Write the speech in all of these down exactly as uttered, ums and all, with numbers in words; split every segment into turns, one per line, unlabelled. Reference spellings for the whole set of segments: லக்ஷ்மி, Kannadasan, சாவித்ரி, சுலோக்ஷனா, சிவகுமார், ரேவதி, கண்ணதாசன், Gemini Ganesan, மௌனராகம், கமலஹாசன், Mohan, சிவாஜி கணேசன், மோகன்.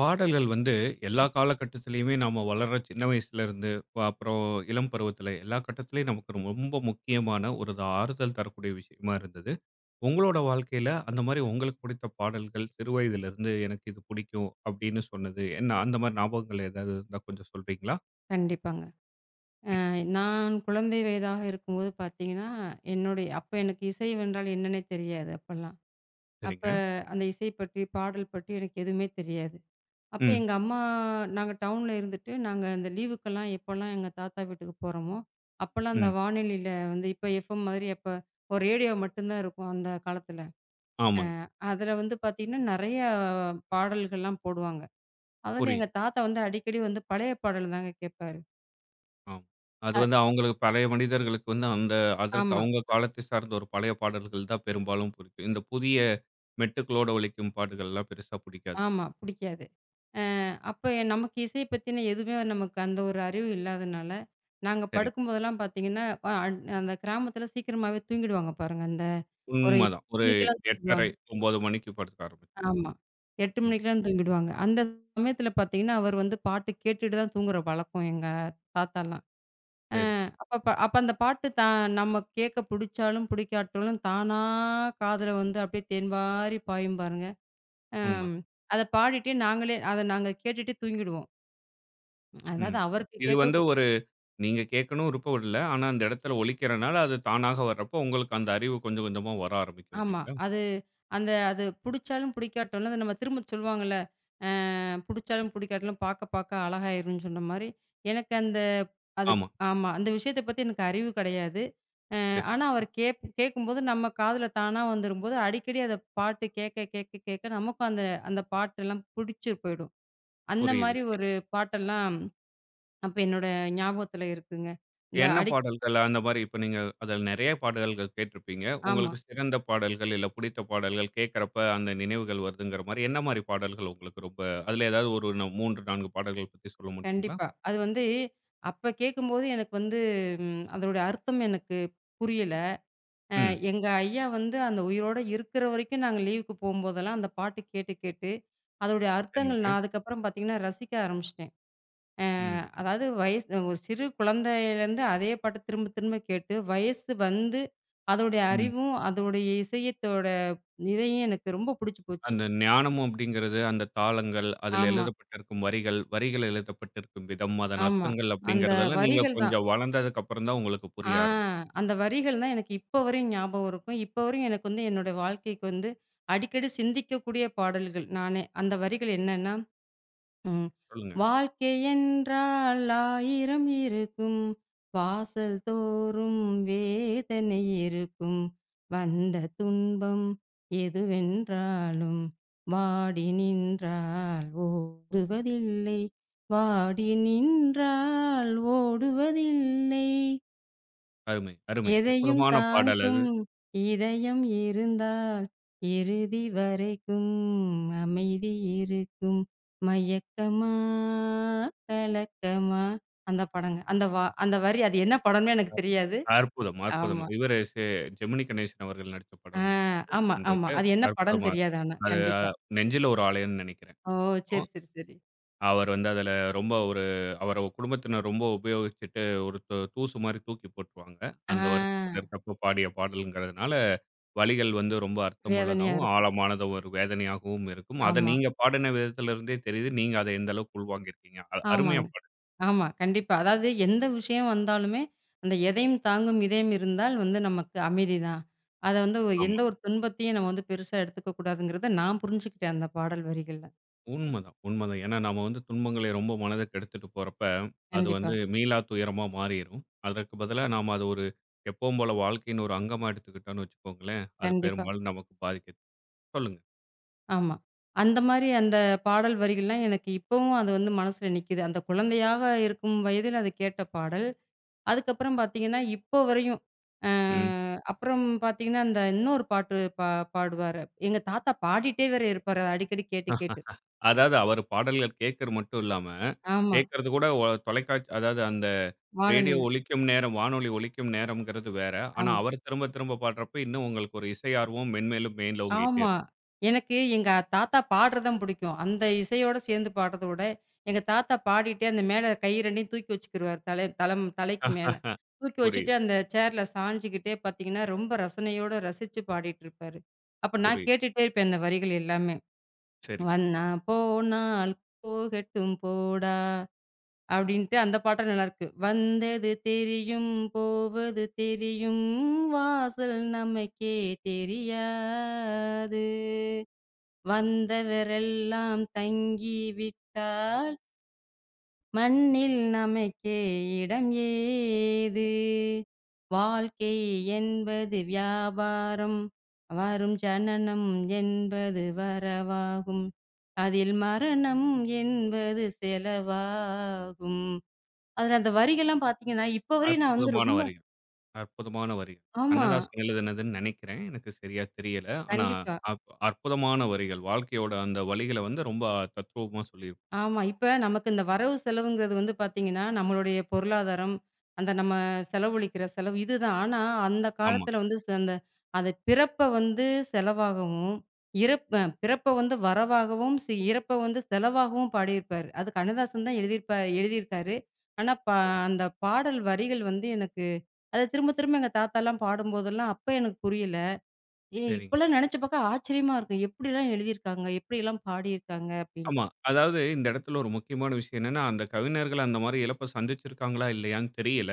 பாடல்கள் வந்து எல்லா காலகட்டத்திலயுமே நாம வளர்ற சின்ன வயசுல இருந்து வ- அப்புறம் இளம் பருவத்துல எல்லா கட்டத்திலயும் நமக்கு ரொம்ப ரொம்ப முக்கியமான ஒரு ஆறுதல் தரக்கூடிய விஷயமா இருந்தது. உங்களோட வாழ்க்கையில அந்த மாதிரி உங்களுக்கு பிடித்த பாடல்கள் சிறு வயதுல இருந்து எனக்கு இது பிடிக்கும் அப்படின்னு சொன்னது என்ன, அந்த மாதிரி ஞாபகங்கள் ஏதாவது இருந்தா கொஞ்சம் சொல்றீங்களா?
கண்டிப்பாங்க. அ நான் குழந்தை வயதாக இருக்கும்போது பார்த்தீங்கன்னா, என்னுடைய அப்ப எனக்கு இசை என்றால் என்னன்னே தெரியாது அப்பல்லாம். அப்ப
சரிங்க.
அந்த இசை பற்றி, பாடல் பற்றி எனக்கு எதுவுமே தெரியாது. அப்ப
ம்.
எங்க அம்மா நாங்க டவுன்ல இருந்துட்டு, நாங்க அந்த லீவுக்கெல்லாம் எப்போலாம் எங்க தாத்தா வீட்டுக்கு போறோமோ, அப்பல்லாம் அந்த
ம்.
வானொலியில வந்து இப்ப எஃப்எம் மாதிரி அப்ப ஒரு ரேடியோ மட்டும் தான் இருக்கும் அந்த காலத்துல.
ஆமாங்க.
அதுல வந்து பார்த்தீங்கன்னா, நெறைய பாடல்கள்லாம் போடுவாங்க. அதுல எங்க
புரியுது.
தாத்தா வந்து அடிக்கடி வந்து பழைய பாடல் தாங்க கேட்பாரு.
ஆமா. அது
அ
வந்து அவங்களுக்கு பழைய மனிதர்களுக்கு வந்து அந்த, அதற்கு
ஆமா,
அவங்க காலத்தை சார்ந்த ஒரு பழைய பாடல்கள் தான் பெரும்பாலும் பிடிக்கும். இந்த புதிய மெட்டுக்களோட ஒலிக்கும் பாட்டுகள்லாம் பெருசா பிடிக்காது.
ஆமா. புடிக்காது. அ அப்ப நமக்கு இசை பத்தின எதுவுமே நமக்கு அந்த ஒரு அறிவு இல்லாதனால, நாங்க
சரி.
படுக்கும்போதெல்லாம் பார்த்தீங்கன்னா, அ அ- அந்த கிராமத்தில சீக்கிரமாவே தூங்கிடுவாங்க பாருங்க. அந்த ஒரு எட்டு
உண்மதான். ஒரு
மணிக்கெல்லாம்
எட்டரை
தூங்கிடுவாங்க.
ஒன்பது மணிக்கு படுக்க ஆரம்பிச்சுரும்.
ஆமா. எட்டு
ம்.
மணிக்கெல்லாம் தூங்கிடுவாங்க. அந்த சமயத்தில பார்த்தீங்கன்னா, அவர் வந்து பாட்டு கேட்டுட்டு தான் தூங்குற பழக்கம் எங்க தாத்தாலாம். அ
சரி, சரி.
அப்ப அப்ப அந்த பாட்டு தா நம்ம கேட்க புடிச்சாலும் புடிக்காட்டாலும் தானா காதுல வந்து அப்படியே தேன்வாரி பாயும் பாருங்க. அம்
உண்மதான்.
அத பாடிட்டே நாங்களே அத நாங்க கேட்டுட்டே தூங்கிடுவோம். அதாவது
ம்.
அவருக்கு
இது
கேட்க
வந்து ஒரு, நீங்க கேட்கணும் விருப்பம் இல்ல. ஆனா அந்த இடத்துல ஒலிக்கிறனால அது தானாக வர்றப்போ உங்களுக்கு அந்த அறிவு கொஞ்சம் கொஞ்சமா வர ஆரம்பிக்கும்
ஆமா.
இல்லைங்களா?
அது அந்த அது புடிச்சாலும் புடிக்காட்டாலும், அது நம்ம திரும்ப சொல்லுவாங்கல்ல, அ புடிச்சாலும் புடிக்காட்டாலும் பாக்க பாக்க அழகாயிரும்ன்னு சொன்ன மாரி, எனக்கு அந்த அது
ஆமா.
ஆமா. அந்த விஷயத்த பத்தி எனக்கு அறிவு கிடையாது. அ
சரி.
ஆனா அவர் கேப் கேட்கும்போது நம்ம காதுல தானா வந்துரும்போது, அடிக்கடி அத பாட்டு கேட்க கேட்க கேட்க நமக்கும் அந்த அந்த பாட்டெல்லாம் புடிச்சு போயிடும். அந்த மாரி
புரியுதுங்க.
ஒரு பாட்டெல்லாம் அப்ப என்னோட ஞாபகத்துல இருக்குங்க. இந்த
என்ன
அடிக்
பாடல்கள் அந்த மாரி இப்ப நீங்க அதில் நெறைய பாடல்கள் கேட்டிருப்பீங்க.
ஆமா.
உங்களுக்கு சிறந்த பாடல்கள், இல்ல பிடித்த பாடல்கள் கேட்கிறப்ப அந்த நினைவுகள் வருதுங்கிற மாரி என்ன மாரி பாடல்கள் உங்களுக்கு ரொம்ப, அதில ஏதாவது ஒரு மூன்று, நான்கு பாடல்கள் பத்தி சொல்ல முடியுங்களா?
கண்டிப்பா. அது வந்து அப்ப கேட்கும்போது எனக்கு வந்து ம் அதனுடைய அர்த்தம் எனக்கு புரியல. அ
ம்.
எங்க ஐயா வந்து அந்த உயிரோட இருக்கிற வரைக்கும் நாங்க லீவுக்கு போம்போதெல்லாம் அந்த பாட்டு கேட்டு, கேட்டு அதோடைய அர்த்தங்கள்
சரிங்க.
நான் அதுக்கப்புறம் பார்த்தீங்கன்னா ரசிக்க ஆரம்பிச்சுட்டேன். அ
ம். புரியுது.
அதாவது வயசு ஒரு சிறு குழந்தையிலேருந்து அதே பாட்ட திரும்ப, திரும்ப கேட்டு வயசு வந்து அதோடைய
ம்.
அறிவும், அதோடைய இசையத்தோட இதையும் எனக்கு ரொம்ப புடிச்சு போச்சு.
அந்த ஞானமும் அப்படிங்கிறது அந்த தாளங்கள், அதில
ஆமா,
எழுதப்பட்டிருக்கும் வரிகள், வரிகள் எழுதப்பட்டிருக்கும் விதம், அதன்
ஆமா.
அர்த்தங்கள்
அந்த
அப்படிங்கிறதெல்லாம் நீங்க
வரிகள் தான்.
கொஞ்சம் வளர்ந்ததுக்கு அப்புறம் தான் உங்களுக்கு புரிய
ஆ
ஆரம்பிக்கும்.
அந்த வரிகள் தான் எனக்கு இப்போ வரையும் ஞாபகம் இருக்கும். இப்போ வரையும் எனக்கு வந்து என்னுடைய வாழ்க்கைக்கு வந்து அடிக்கடி சிந்திக்கக்கூடிய பாடல்கள் நானே. அந்த வரிகள் என்னன்னா, ம்
சொல்லுங்க.
"வாழ்க்கை என்றால் ஆயிரம் இருக்கும். வாசல் தோறும் வேதனை இருக்கும். வந்த துன்பம் எதுவென்றாலும் வாடி நின்றால் ஓடுவதில்லை. வாடி நின்றால் ஓடுவதில்லை."
அருமை, அருமை.
எதையும்
அற்புதமான பாடல் அது.
தாங்கும் இதயம் இருந்தால், இறுதி வரைக்கும் அமைதி இருக்கும். மயக்கமா? கலக்கமா? அந்த படங்க. அந்த வா அந்த வரி அது என்ன படம்னு எனக்கு தெரியாது.
அற்புதம், அற்புதம்.
ஆமா.
இவரு செ ஜெமினி கணேசன் அவர்கள் நடிச்ச
ஆ
படம்னு நினைக்கிறேன்.
ஆமா,
அந்த
ஆமா.
இது
அது என்ன படம்னு
அற்புதமா இருக்கும்.
தெரியாது ஆனா,
அது
கண்டிப்பா.
அஹ், நெஞ்சில ஒரு ஆலயம்னு நினைக்கிறேன்.
ஓ!
அந்த
சரி,
படம்.
சரி, சரி.
அவர் வந்து அதுல ரொம்ப ஒரு, அவர குடும்பத்தினர் ரொம்ப உபயோகிச்சுட்டு ஒரு து தூசு மாரி தூக்கி போட்டுருவாங்க.
ஆ
அந்த வருத்தத்துல இருக்கப்போ பாடிய பாடல்ங்கிறதுனால, வரிகள் வந்து ரொம்ப
வேதனையா
அர்த்தமுள்ளதாவும்,
இருக்கும்.
ஆழமானதும் ஒரு வேதனையாகவும் இருக்கும். அத
ஆமா,
நீங்க பாடின விதத்துல இருந்தே தெரியுது. நீங்க அத எந்த அளவுக்கு உள்வாங்கியிருக்கீங்க. அ அருமையா
ஆமாங்க.
பாடு.
ஆமா. கண்டிப்பா. அதாவது எந்த விஷயம் வந்தாலுமே, அந்த எதையும் தாங்கும் இதயம் இருந்தால் வந்து நமக்கு அமைதிதான். அத வந்து ஒ
ஆமா.
எந்த ஒரு துன்பத்தையும் நம்ம வந்து பெருசா எடுத்துக்க கூடாதுங்கிறத நான் புரிஞ்சுக்கிட்டேன் அந்த பாடல் வரிகள்ல.
உண்மதான், உண்மதான். ஏன்னா நாம வந்து துன்பங்களை ரொம்ப மனத கெடுத்துட்டு போறப்ப, அது
கண்டிப்பா,
வந்து மீளா துயரமா மாறிரும். அதற்கு பதிலா நாம அது ஒரு எப்பவும் போல வாழ்க்கையின் ஒரு அங்கமா எடுத்துக்கிட்டோம்னு வச்சுக்கோங்களேன், அது
கண்டிப்பா.
பெரும்பாலும் நமக்கு பாதிக்குது. சொல்லுங்க.
ஆமா. அந்த மாரி அந்த பாடல் வரிகள்லாம் எனக்கு இப்பவும் அது வந்து மனசுல நிக்குது. அந்த குழந்தையாக இருக்கும் வயதில் அது கேட்ட பாடல். அதுக்கப்புறம் பார்த்தீங்கன்னா, இப்போ வரையும் அ
ம்.
அப்புறம் பார்த்தீங்கன்னா, அந்த இன்னொரு பாட்டு பா பாடுவாரு. எங்க தாத்தா பாடிட்டே வேற இருப்பாரு. அத அடிக்கடி கேட்டு, கேட்டு.
அதாவது அவரு பாடல்கள் கேட்கறது மட்டும் இல்லாம,
ஆமா.
கேட்கறது கூட ஒ தொலைக்காட்சி அதாவது அந்த ரேடியோ
வானொலியில.
ஒலிக்கும் நேரம், வானொலி ஒலிக்கும் நேரம்ங்கிறது வேற. ஆனா
ஆமா,
அவர் திரும்ப திரும்ப பாடுறப்ப இன்னும் உங்களுக்கு ஒரு இசை ஆர்வம் மென்மேலும் மேலோங்கிட்டே
ஆமா.
இருக்கும்.
எனக்கு எங்க தாத்தா பாடுறது தான் பிடிக்கும். அந்த இசையோட சேர்ந்து பாடுறத விட, எங்க தாத்தா பாடிட்டே அந்த மேல கை ரெண்டும் தூக்கி வச்சுக்கிருவாரு. தலை தலம் தலைக்கு மேல. தூக்கி வச்சுட்டு
புரியுது,
அந்த சேர்ல சாஞ்சுகிட்டே பார்த்தீங்கன்னா, ரொம்ப ரசனையோட ரசிச்சு பாடிட்டுருப்பாரு. அப்ப நான்
புரியுது.
கேட்டுட்டே இருப்பேன், அந்த வரிகள் எல்லாமே.
சரிங்க.
"வண்ணா போனால் போகட்டும் போடா" அப்படின்ட்டு அந்த பாட்டும் நல்லாயிருக்கு. "வந்தது தெரியும், போவது தெரியும், வாசல் நமக்கே தெரியாது. வந்தவரெல்லாம் தங்கி விட்டால், மண்ணில் நமக்கே இடம் ஏது? வாழ்க்கை என்பது வியாபாரம், வரும் ஜனனம் என்பது வரவாகும். அதில் மரணம் என்பது செலவாகும்." அதுல அந்த வரிகள்லாம் பார்த்தீங்கன்னா, இப்ப வரையும் நான் வந்து
அற்புதமான
ரொம்ப
வரிகள். அற்புதமான வரிகள்.
ஆமா.
கண்ணதாசன் எழுதினதுன்னு நினைக்கிறேன். எனக்கு சரியா தெரியல. ஆனா
கண்டிப்பா.
அப் அற்புதமான வரிகள். வாழ்க்கையோட அந்த வலிகள வந்து ரொம்ப தத்ரூபமா சொல்லியிருப்பாங்க.
ஆமா. இப்ப நமக்கு இந்த வரவு செலவுங்கிறது வந்து பார்த்தீங்கன்னா, நம்மளுடைய பொருளாதாரம், அந்த நம்ம செலவழிக்கிற செலவு இதுதான். ஆனா, அந்த
ம். ஆமா.
காலத்துல வந்து ச அந்த அத பிறப்ப வந்து செலவாகவும், இறப்ப பிறப்ப வந்து வரவாகவும், சி இறப்ப வந்து செலவாகவும் பாடியிருப்பாரு. அது கண்ணதாசன் தான் எழுதியிருப்பா எழுதியிருக்காரு. ஆனா, பா
சரி,
அந்த பாடல் வரிகள் வந்து எனக்கு அத திரும்ப திரும்ப எங்க தாத்தாலாம் பாடும்போதெல்லாம், அப்ப எனக்கு புரியல. ஏ
சரிங்க.
இப்பலாம் நெனச்சு பாக்க ஆச்சரியமா இருக்கு. எப்படிலாம் எழுதியிருக்காங்க? எப்படியெல்லாம் பாடியிருக்காங்க
ஆமா.
அப்டின்ட்டு.
அதாவது இந்த இடத்துல ஒரு முக்கியமான விஷயம் என்னன்னா, அந்த கவிஞர்கள் அந்த மாரி இழப்ப சந்திச்சிருக்காங்களா இல்லையான்னு தெரியல.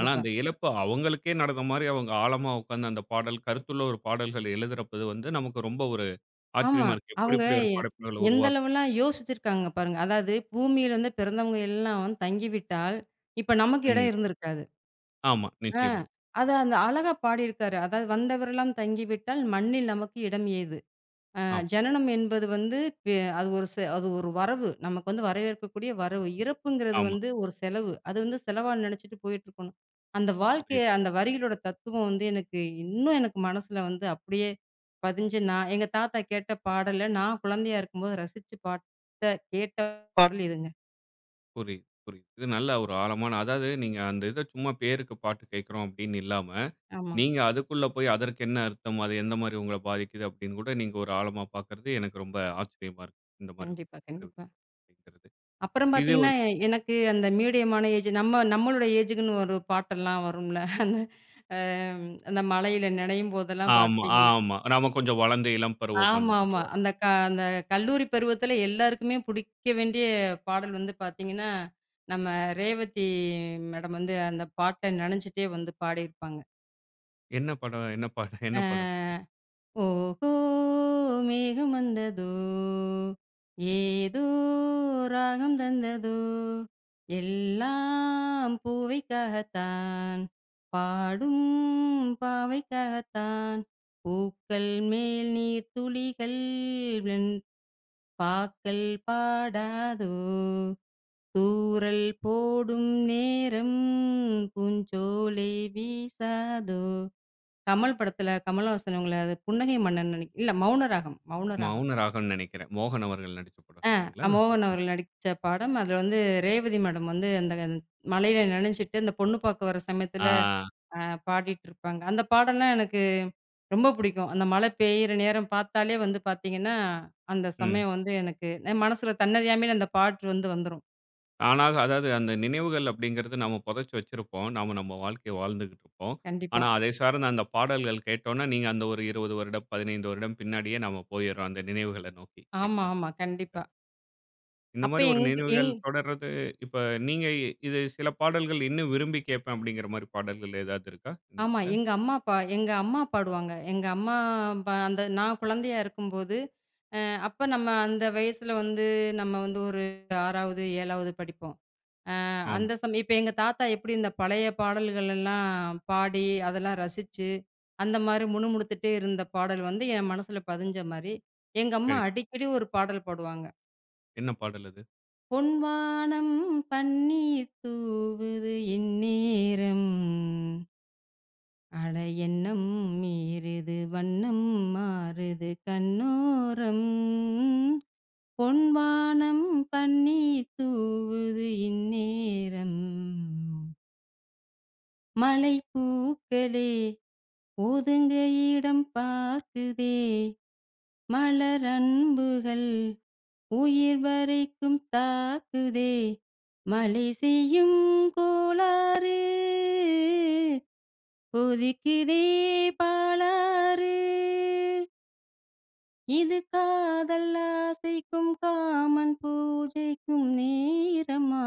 ஆனா அந்த இழப்பு அவங்களுக்கே நடந்த மாரி அவங்க ஆழமா உட்கார்ந்து அந்த பாடல் கருத்துள்ள ஒரு பாடல்கள் எழுதுறப்பது வந்து நமக்கு ரொம்ப ஒரு
ஆமா.
ஆச்சரியமா இருக்கு. எப்படி
அவங்க
இப்படி ஒரு
எ
படைப்புகள
எந்த
உருவாக்க.
அளவுலாம் யோசிச்சிருக்காங்க பாருங்க. அதாவது பூமியில வந்து பிறந்தவங்க எல்லாம் தங்கிவிட்டால், இப்ப நமக்கு
ம்.
இடம் இருந்திருக்காது.
ஆமா.
ஆ.
நிச்சயமா.
அத அந்த அழகா பாடியிருக்காரு. அதாவது "வந்தவரெல்லாம் தங்கிவிட்டால் மண்ணில் நமக்கு இடம் ஏது?" அ
ஆமா,
ஜனனம் என்பது வந்து பெ அது ஒரு செ அது ஒரு வரவு. நமக்கு வந்து வரவேற்கக்கூடிய வரவு. இறப்புங்கிறது
ஆமா.
வந்து ஒரு செலவு. அது வந்து செலவா நெனச்சுட்டு போயிட்டுருக்கணும். அந்த வாழ்க்கைய
புரியுது.
அந்த வரிகளோட தத்துவம் வந்து எனக்கு இன்னும் எனக்கு மனசுல வந்து அப்படியே பதிஞ்சு நான் எங்க தாத்தா கேட்ட பாடல நான் குழந்தையா இருக்கும்போது ரசிச்சு பாத்த கேட்ட பாடல் இதுங்க.
புரியுது, புரியுது. இது நல்ல ஒரு ஆழமான, அதாவது நீங்க அந்த இத சும்மா பேருக்கு பாட்டு கேட்கிறோம் அப்படின்னு இல்லாம,
ஆமா.
நீங்க அதுக்குள்ள போய் அதற்கு என்ன அர்த்தம்? அது எந்த மாரி உங்கள பாதிக்குது அப்படின்னு கூட நீங்க ஒரு ஆழமா பார்க்கிறது எனக்கு ரொம்ப ஆச்சரியமா இருக்கு. இந்த மாரி
கண்டிப்பா, கண்டிப்பா.
அப்படிங்கிறது.
அப்புறம்
இது
பாத்தீங்கன்னா,
வந்து,
எ- எனக்கு அந்த மீடியமான ஏஜ் நம்ம நம்மளோட ஏஜுக்குன்னு ஒரு பாட்டெல்லாம் வரும்ல. அந்த அந்த மழையில நனையும் போதெல்லாம்
ஆமா,
பாத்தீங்கன்னா
ஆமா. நாம கொஞ்சம் வளர்ந்து இளம் பருவம் அந்த மாரி
ஆமாமா.
வரும்.
அந்த க அந்த கல்லூரி பருவத்தில எல்லாருக்குமே பிடிக்க வேண்டிய பாடல் வந்து பார்த்தீங்கன்னா, நம்ம ரேவதி மேடம் வந்து அந்த பாட்ட நெனஞ்சுட்டே வந்து பாடியிருப்பாங்க.
என்ன படம்? என்ன படம்? என்ன படம் அது?
அ ஓஹோ! மேகம் வந்ததோ! ஏதோ ராகம் தந்ததோ! எல்லாம் பூவைக்காகத்தான், பாடும் பாவைக்காகத்தான், பூக்கள் மேல் நீர்த்துளிகள் பாக்கல் பாடாதோ! தூறல் போடும் நேரம் பூஞ்சோலை வீசாதோ! கமல் படத்துல கமலஹாசன் அவங்கள அது புன்னகை மன்னன் நெனைக் இல்ல மௌனராகம், மௌனராகம்.
மௌன ராகம்னு நெனைக்கிறேன். மோகன் அவர்கள் நடிச்ச படம் இல்லைங்களா?
அ மோகன்
அந்த
அவர்கள் நடிச்ச படம். அதுல வந்து ரேவதி மேடம் வந்து அந்த மழையில நனஞ்சுட்டு, அந்த பொண்ணு பார்க்க வர
ஆ.
சமயத்துல அ பாடிட்டுருப்பாங்க. அந்த பாடல்லாம் எனக்கு ரொம்ப பிடிக்கும். அந்த மழை பெய்யிற நேரம் பார்த்தாலே வந்து பார்த்தீங்கன்னா, அந்த
ம்.
சமயம் வந்து எனக்கு என் மனசுல தன்னறியாமையில அந்த பாட்டு வந்து வந்துரும்.
ஆனாக அதாவது அந்த நினைவுகள் அப்படிங்கிறது நாம புதைச்சு வச்சிருப்போம். நாம நம்ம வாழ்க்கைய வாழ்ந்துகிட்டு இருப்போம்.
கண்டிப்பா.
ஆனா, அதை சார்ந்த அந்த பாடல்கள் கேட்டோம்னா, நீங்க அந்த ஒரு இருபது வருடம், பதினைந்து வருடம் பின்னாடியே நாம போயிர்றோம் அந்த நினைவுகள நோக்கி
ஆமா,
இல்லைங்களா?
ஆமா. கண்டிப்பா.
இந்த
அப்ப
மாரி ஒரு
எங்க
நினைவுகள்
எங்
தொடர்றது. இப்ப நீங்க இது சில பாடல்கள் இன்னும் விரும்பி கேட்பேன் அப்படிங்கிற மாரி பாடல்கள் ஏதாவது இருக்கா? இந்த
ஆமா.
இதுல?
எங்க அம்மா, அப்பா எங்க அம்மா பாடுவாங்க. எங்க அம்மா ப அந்த நான் குழந்தையா இருக்கும்போது, அ அப்ப நம்ம அந்த வயசுல வந்து நம்ம வந்து ஒரு ஆறாவது, ஏழாவது படிப்போம். அ
ஆமா.
அந்த சமயம் இப்ப எங்க தாத்தா எப்படி இந்த பழைய பாடல்கள் எல்லாம் பாடி, அதெல்லாம் ரசிச்சு, அந்த மாரி முணுமுணுத்துட்டே இருந்த பாடல் வந்து என் மனசுல பதிஞ்ச மாரி, எங்க அம்மா
சரி.
அடிக்கடி ஒரு பாடல் பாடுவாங்க.
என்ன பாடல் அது?
பொன்வானம் பன்னீர் தூவுது இந்நேரம். அட எண்ணம் மீறுது வண்ணம் மாறுது கண்ணோரம் பொன்வானம் பன்னீர் தூவுது இந்நேரம் மலை பூக்களே ஒதுங்க இடம் பார்க்குதே மலரன்புகள் உயிர் வரைக்கும் தாக்குதே மழை செய்யும் கோளாறு கொதிக்குதே பாலாறு இது காதல் ஆசைக்கும் காமன் பூஜைக்கும் நேரமா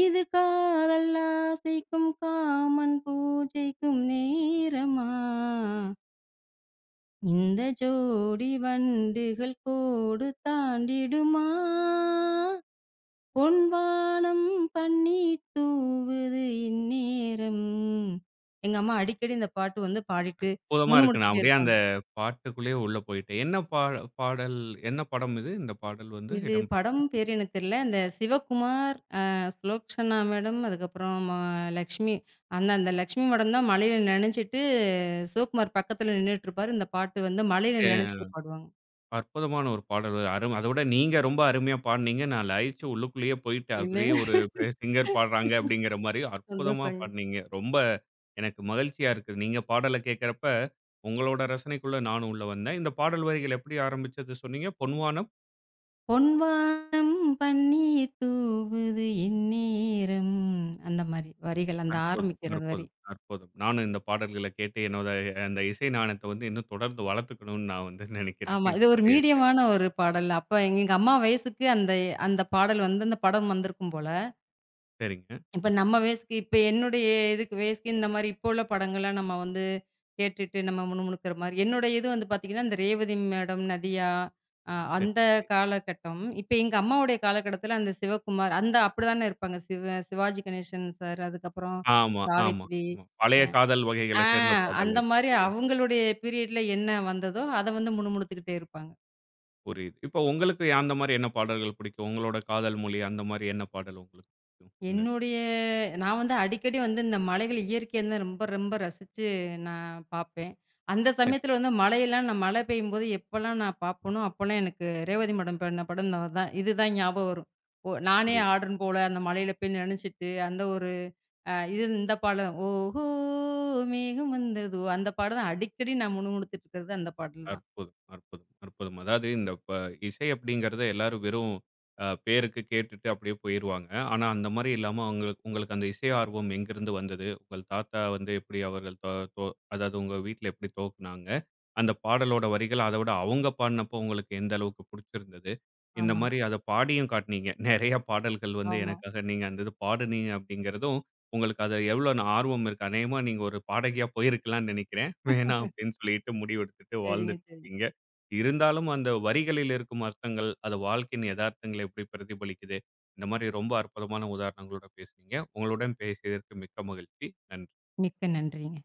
இது காதல் ஆசைக்கும் காமன் பூஜைக்கும் நேரமா இந்த ஜோடி வண்டுகள் கோடு தாண்டிடுமா பொன்வானம் பன்னி தூவுது இந்நேரம் எங்க அம்மா அடிக்கடி இந்த பாட்டு வந்து பாடிட்டு
அற்புதமா இருக்கு. நான்
முணுமுணுத்துட்டே
அப்படியே அந்த
இருப்பாங்க.
பாட்டுக்குள்ளேயே உள்ள போயிட்டேன். என்ன பா பாடல் என்ன படம் இது? இந்த பாடல் வந்து
இது
இடம்
படம் பேரு எனக்கு தெரியல. இந்த சிவகுமார், அ சுலோக்ஷனா மேடம், அதுக்கப்புறம் ம லக்ஷ்மி அந்த அந்த லக்ஷ்மி மேடம் தான் மழையில நனைஞ்சுட்டு சிவகுமார் பக்கத்துல நின்னுட்டு இருப்பாரு. இந்த பாட்டு வந்து மழையில
பெ
நனைஞ்சுட்டு பாடுவாங்க.
அற்புதமான ஒரு பாடல். அரும் அதவிட நீங்க ரொம்ப அருமையா பாடுனீங்க. நான் லயிச்சு உள்ளுக்குள்ளேயே போயிட்டேன். அப்படியே
இல்லைன்னா
ஒரு பெ சிங்கர் பாடுறாங்க அப்படிங்கிற மாரி அற்புதமா
சந்தோஷங்க.
பாடுனீங்க. ரொம்ப எனக்கு மகிழ்ச்சியா இருக்கு. நீங்க பாடல கேட்கிறப்ப, உங்களோட ரசனைக்குள்ள நானும் உள்ள வந்தேன். இந்த பாடல் வரிகள் எப்படி ஆரம்பிச்சது சொன்னீங்க? பொன்வானம்.
பொன்வானம் பன்னீர் தூவுது இந்நேரம். அந்த மாரி வரிகள். அந்த
அற்புதம்,
ஆரம்பிக்கிறது வரி.
அற்புதம், அற்புதம். நானும் இந்த பாடல்கள கேட்டு என்னோட அந்த இசை நாணத்த வந்து இன்னும் தொடர்ந்து வளர்த்துக்கணும்னு நான் வந்து நினைக்கிறேன்.
ஆமா.
இந்த
இது ஒரு
மாரி
மீடியமான ஒரு பாடல். அப்ப எங்க எங்க அம்மா வயசுக்கு அந்த அந்த பாடல் வந்து அந்த படம் வந்திருக்கும் போல.
சரிங்க.
இப்ப நம்ம வயசுக்கு இப்ப என்னுடைய இதுக்கு வயசுக்கு இந்த மாரி இப்போ உள்ள படங்கள்லாம் நம்ம வந்து கேட்டுட்டு நம்ம முணுமுணுக்கிற மாரி, என்னுடைய இது வந்து பார்த்தீங்கன்னா, இந்த ரேவதி மேடம், நதியா அ
சரி,
அந்த
சரி.
காலகட்டம். இப்ப எங்க அம்மாவுடைய காலகட்டத்தில அந்த சிவகுமார் அந்த அப்படிதானே இருப்பாங்க. சிவ சிவாஜி கணேசன் சார், அதுக்கப்புறம்
ஆமா, ஆமா,
சாவித்ரி.
ஆமா.
அ
பழைய காதல் வகைகள
ஆ
சேர்ந்த பாடல்
அந்த
இது.
மாரி அவங்களுடைய பீரியட்ல என்ன வந்ததோ, அத வந்து முணுமுணுத்துக்கிட்டே இருப்பாங்க.
புரியுது. இப்போ உங்களுக்கு அந்த மாரி என்ன பாடல்கள் பிடிக்கும்? உங்களோட காதல் மொழி அந்த மாரி என்ன பாடல் உங்களுக்கு பிடிக்கும்? இந்த
என்னுடைய நான் வந்து அடிக்கடி வந்து இந்த மலைகள் இயற்கையை வந்து ரொம்ப ரொம்ப ரசிச்சு நான் பார்ப்பேன். அந்த
சரி.
சமயத்துல வந்து மழையெல்லாம் நான் மழை பெய்யும்போது எப்பலாம் நான் பார்ப்பேனோ, அப்போலாம் எனக்கு ரேவதி மேடம் பண்ண படம் நா தான் இதுதான் ஞாபகம் வரும். ஓ நானே
புரியுது.
ஆடுறன் போல அந்த மழையில போய் நனஞ்சிட்டு அந்த ஒரு அ இது இந்த பாடல் ஓஹோ! மேகம் வந்ததோ! அந்த பாடல் தான் அடிக்கடி நான் முணுமுணுத்துட்டு இருக்கிறது அந்த பாடல் தான்.
அற்புதம், அற்புதம், அற்புதம். அதாவது இந்த ப இசை அப்படிங்கிறத எல்லாரும் வெறும் அ பேருக்கு கேட்டுட்டு அப்படியே போயிருவாங்க. ஆனா அந்த மாரி இல்லாம அவங்களுக்கு உங்களுக்கு அந்த இசை ஆர்வம் எங்கிருந்து வந்தது? உங்கள் தாத்தா வந்து எப்படி அவர்கள் தொ தொ அதாவது உங்க வீட்ல எப்படி துவக்குனாங்க? அந்த பாடலோட வரிகள் அத விட அவங்க பாடுனப்போ உங்களுக்கு எந்த அளவுக்கு புடிச்சிருந்தது? இந்த
ஆமாங்க.
மாரி அத பாடியும் காட்டுனீங்க. நெறைய பாடல்கள் வந்து
ஆமா.
எனக்காக நீங்க அந்த இது பாடுனீங்க அப்படிங்கிறதும், உங்களுக்கு அதுல எவ்வளோ ஆர்வம் இருக்கு. அநேகமா நீங்க ஒரு பாடகியா போயிருக்கலாம்னு நெனைக்கிறேன். வேணாம் அப்படின்னு சொல்லிட்டு முடிவெடுத்துட்டு வாழ்ந்து
சரிங்க, சரிங்க.
இங்க இருந்தாலும் அந்த வரிகளில் இருக்கும் அர்த்தங்கள், அது வாழ்க்கையின் எதார்த்தங்களை எப்படி பிரதிபலிக்குது, இந்த மாதிரி ரொம்ப அற்புதமான உதாரணங்களோட பேசுனீங்க. உங்களுடன் பேசியதற்கு மிக்க மகிழ்ச்சி. நன்றி.
மிக்க நன்றிங்க.